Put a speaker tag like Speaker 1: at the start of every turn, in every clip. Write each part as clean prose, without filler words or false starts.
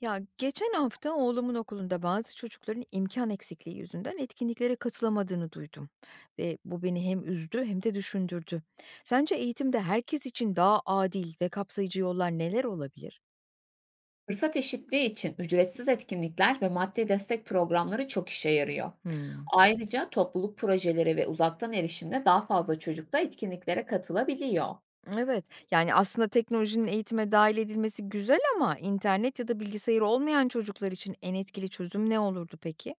Speaker 1: Ya geçen hafta oğlumun okulunda bazı çocukların imkan eksikliği yüzünden etkinliklere katılamadığını duydum ve bu beni hem üzdü hem de düşündürdü. Sence eğitimde herkes için daha adil ve kapsayıcı yollar neler olabilir?
Speaker 2: Fırsat eşitliği için ücretsiz etkinlikler ve maddi destek programları çok işe yarıyor.
Speaker 1: Hmm.
Speaker 2: Ayrıca topluluk projeleri ve uzaktan erişimle daha fazla çocuk da etkinliklere katılabiliyor.
Speaker 1: Evet, yani aslında teknolojinin eğitime dahil edilmesi güzel ama internet ya da bilgisayarı olmayan çocuklar için en etkili çözüm ne olurdu peki?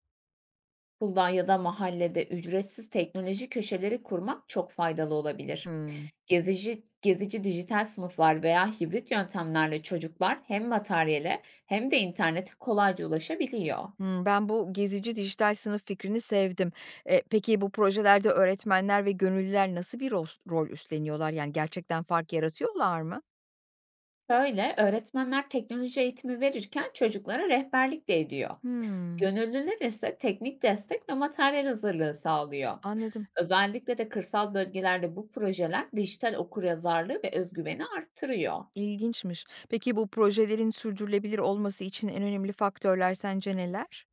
Speaker 2: Okulda ya da mahallede ücretsiz teknoloji köşeleri kurmak çok faydalı olabilir.
Speaker 1: Hmm.
Speaker 2: Gezici dijital sınıflar veya hibrit yöntemlerle çocuklar hem materyale hem de internete kolayca ulaşabiliyor.
Speaker 1: Hımm, ben bu gezici dijital sınıf fikrini sevdim. Peki bu projelerde öğretmenler ve gönüllüler nasıl bir rol üstleniyorlar? Yani gerçekten fark yaratıyorlar mı?
Speaker 2: Böyle öğretmenler teknoloji eğitimi verirken çocuklara rehberlik de ediyor.
Speaker 1: Hımm,
Speaker 2: Gönüllüler ise teknik destek ve materyal hazırlığı sağlıyor.
Speaker 1: anladım.
Speaker 2: Özellikle de kırsal bölgelerde bu projeler dijital okuryazarlığı ve özgüveni arttırıyor.
Speaker 1: İlginçmiş. Peki bu projelerin sürdürülebilir olması için en önemli faktörler sence neler?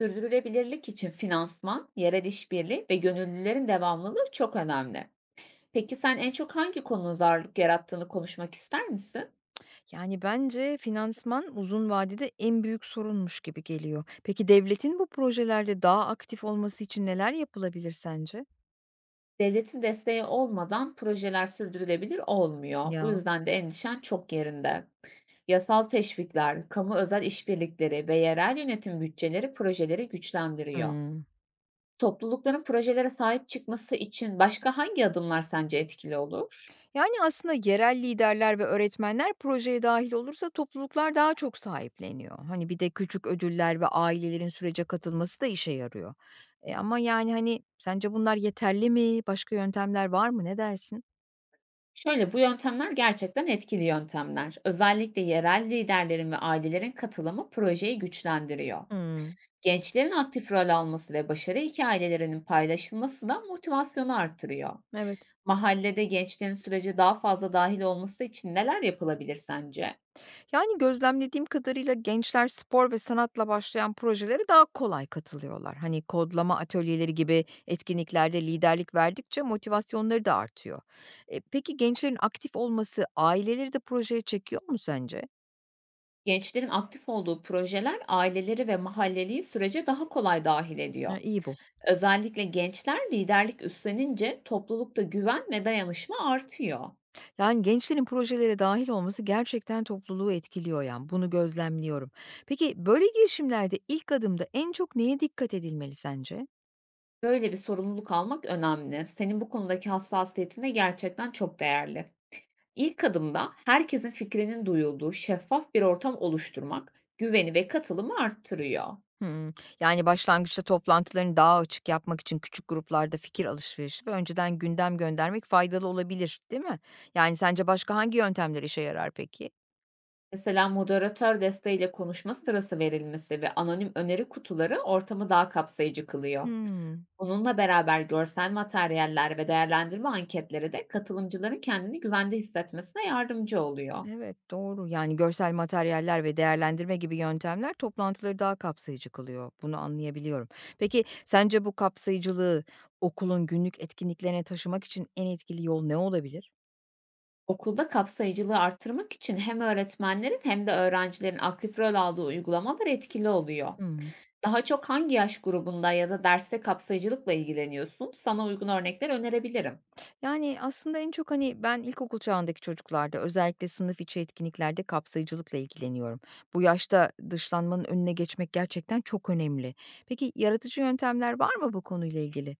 Speaker 2: Sürdürülebilirlik için finansman, yerel işbirliği ve gönüllülerin devamlılığı çok önemli. Peki sen en çok hangi konunun zararlık yarattığını konuşmak ister misin?
Speaker 1: Yani bence finansman uzun vadede en büyük sorunmuş gibi geliyor. Peki devletin bu projelerde daha aktif olması için neler yapılabilir sence?
Speaker 2: Devletin desteği olmadan projeler sürdürülebilir olmuyor. Bu
Speaker 1: Ya.
Speaker 2: yüzden de endişen çok yerinde. Yasal teşvikler, kamu özel işbirlikleri ve yerel yönetim bütçeleri projeleri güçlendiriyor.
Speaker 1: Hıı.
Speaker 2: Toplulukların projelere sahip çıkması için başka hangi adımlar sence etkili olur?
Speaker 1: Yani aslında yerel liderler ve öğretmenler projeye dahil olursa topluluklar daha çok sahipleniyor. Hani bir de küçük ödüller ve ailelerin sürece katılması da işe yarıyor. E ama yani hani sence bunlar yeterli mi? Başka yöntemler var mı? Ne dersin?
Speaker 2: Şöyle, bu yöntemler gerçekten etkili yöntemler. Özellikle yerel liderlerin ve ailelerin katılımı projeyi güçlendiriyor.
Speaker 1: Hmm,
Speaker 2: Gençlerin aktif rol alması ve başarı hikayelerinin paylaşılması da motivasyonu artırıyor.
Speaker 1: evet.
Speaker 2: Mahallede gençlerin sürece daha fazla dâhil olması için neler yapılabilir sence?
Speaker 1: Yani gözlemlediğim kadarıyla gençler spor ve sanatla başlayan projelere daha kolay katılıyorlar. Hani kodlama atölyeleri gibi etkinliklerde liderlik verdikçe motivasyonları da artıyor. E, peki gençlerin aktif olması aileleri de projeye çekiyor mu sence?
Speaker 2: Gençlerin aktif olduğu projeler aileleri ve mahalleliyi sürece daha kolay dâhil
Speaker 1: Ha,
Speaker 2: ediyor.
Speaker 1: iyi bu.
Speaker 2: Özellikle gençler liderlik üstlenince toplulukta güven ve dayanışma artıyor.
Speaker 1: Yani gençlerin projelere dahil olması gerçekten topluluğu etkiliyor yani. Bunu gözlemliyorum. Peki böyle girişimlerde ilk adımda en çok neye dikkat edilmeli sence?
Speaker 2: Böyle bir sorumluluk almak önemli. Senin bu konudaki hassasiyetine gerçekten çok değerli. İlk adımda herkesin fikrinin duyulduğu şeffaf bir ortam oluşturmak güveni ve katılımı arttırıyor.
Speaker 1: Hımm. Yani, başlangıçta toplantılarını daha açık yapmak için küçük gruplarda fikir alışverişi ve önceden gündem göndermek faydalı olabilir, değil mi? Yani, sence başka hangi yöntemler işe yarar peki?
Speaker 2: Mesela moderatör desteğiyle konuşma sırası verilmesi ve anonim öneri kutuları ortamı daha kapsayıcı kılıyor.
Speaker 1: Hımm.
Speaker 2: Bununla beraber görsel materyaller ve değerlendirme anketleri de katılımcıların kendini güvende hissetmesine yardımcı oluyor.
Speaker 1: Evet, doğru. Yani, görsel materyaller ve değerlendirme gibi yöntemler toplantıları daha kapsayıcı kılıyor. Bunu anlayabiliyorum. Peki, sence bu kapsayıcılığı okulun günlük etkinliklerine taşımak için en etkili yol ne olabilir?
Speaker 2: Okulda kapsayıcılığı artırmak için hem öğretmenlerin hem de öğrencilerin aktif rol aldığı uygulamalar etkili oluyor.
Speaker 1: Hıı.
Speaker 2: Daha çok hangi yaş grubunda ya da derste kapsayıcılıkla ilgileniyorsun? Sana uygun örnekler önerebilirim.
Speaker 1: Yani, aslında en çok, hani, ben ilkokul çağındaki çocuklarda özellikle sınıf içi etkinliklerde kapsayıcılıkla ilgileniyorum. Bu yaşta dışlanmanın önüne geçmek gerçekten çok önemli. Peki, yaratıcı yöntemler var mı bu konuyla ilgili?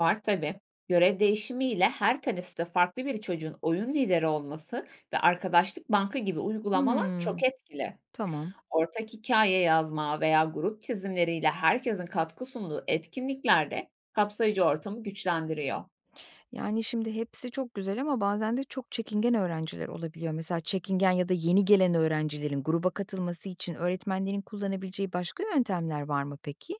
Speaker 2: Var tabii. Görev değişimiyle her teneffüste farklı bir çocuğun oyun lideri olması ve arkadaşlık bankı gibi uygulamalar çok
Speaker 1: Hımm,
Speaker 2: etkili.
Speaker 1: tamam.
Speaker 2: Ortak hikaye yazma veya grup çizimleriyle herkesin katkı sunduğu etkinliklerde kapsayıcı ortamı güçlendiriyor.
Speaker 1: Yani, şimdi hepsi çok güzel ama bazen de çok çekingen öğrenciler olabiliyor. Mesela çekingen ya da yeni gelen öğrencilerin gruba katılması için öğretmenlerin kullanabileceği başka yöntemler var mı peki?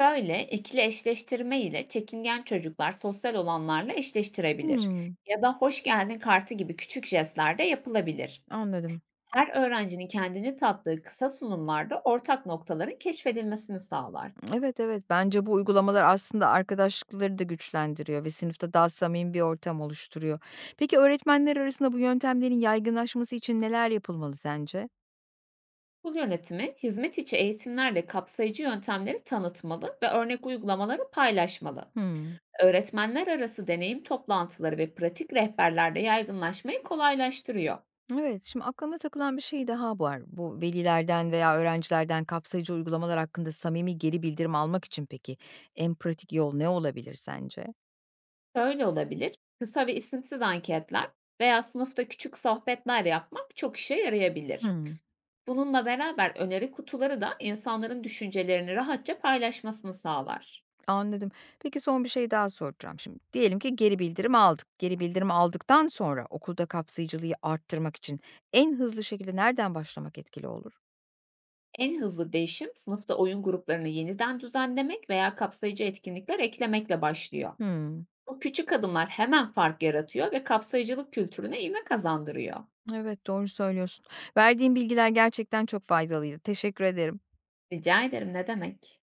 Speaker 2: Şöyle, ikili eşleştirme ile çekingen çocuklar sosyal olanlarla eşleştirebilir
Speaker 1: Hımm,
Speaker 2: ya da hoş geldin kartı gibi küçük jestler de yapılabilir.
Speaker 1: anladım.
Speaker 2: Her öğrencinin kendini tattığı kısa sunumlarda ortak noktaların keşfedilmesini sağlar.
Speaker 1: Evet, evet. Bence bu uygulamalar aslında arkadaşlıkları da güçlendiriyor ve sınıfta daha samimi bir ortam oluşturuyor. Peki öğretmenler arasında bu yöntemlerin yaygınlaşması için neler yapılmalı sence?
Speaker 2: Okul yönetimi hizmet içi eğitimlerle kapsayıcı yöntemleri tanıtmalı ve örnek uygulamaları paylaşmalı.
Speaker 1: Hmm.
Speaker 2: Öğretmenler arası deneyim toplantıları ve pratik rehberlerde yaygınlaşmayı kolaylaştırıyor.
Speaker 1: Evet, şimdi aklıma takılan bir şey daha var. Bu velilerden veya öğrencilerden kapsayıcı uygulamalar hakkında samimi geri bildirim almak için peki en pratik yol ne olabilir sence?
Speaker 2: Şöyle olabilir, kısa ve isimsiz anketler veya sınıfta küçük sohbetler yapmak çok işe yarayabilir.
Speaker 1: Hmm.
Speaker 2: Bununla beraber öneri kutuları da insanların düşüncelerini rahatça paylaşmasını sağlar.
Speaker 1: Anladım. Peki son bir şey daha soracağım şimdi. Diyelim ki geri bildirim aldık. Geri bildirim aldıktan sonra okulda kapsayıcılığı arttırmak için en hızlı şekilde nereden başlamak etkili olur?
Speaker 2: En hızlı değişim sınıfta oyun gruplarını yeniden düzenlemek veya kapsayıcı etkinlikler eklemekle başlıyor.
Speaker 1: Hmm,
Speaker 2: Bu küçük adımlar hemen fark yaratıyor ve kapsayıcılık kültürüne ivme kazandırıyor.
Speaker 1: evet doğru söylüyorsun. Verdiğin bilgiler gerçekten çok faydalıydı. Teşekkür ederim.
Speaker 2: Rica ederim, ne demek?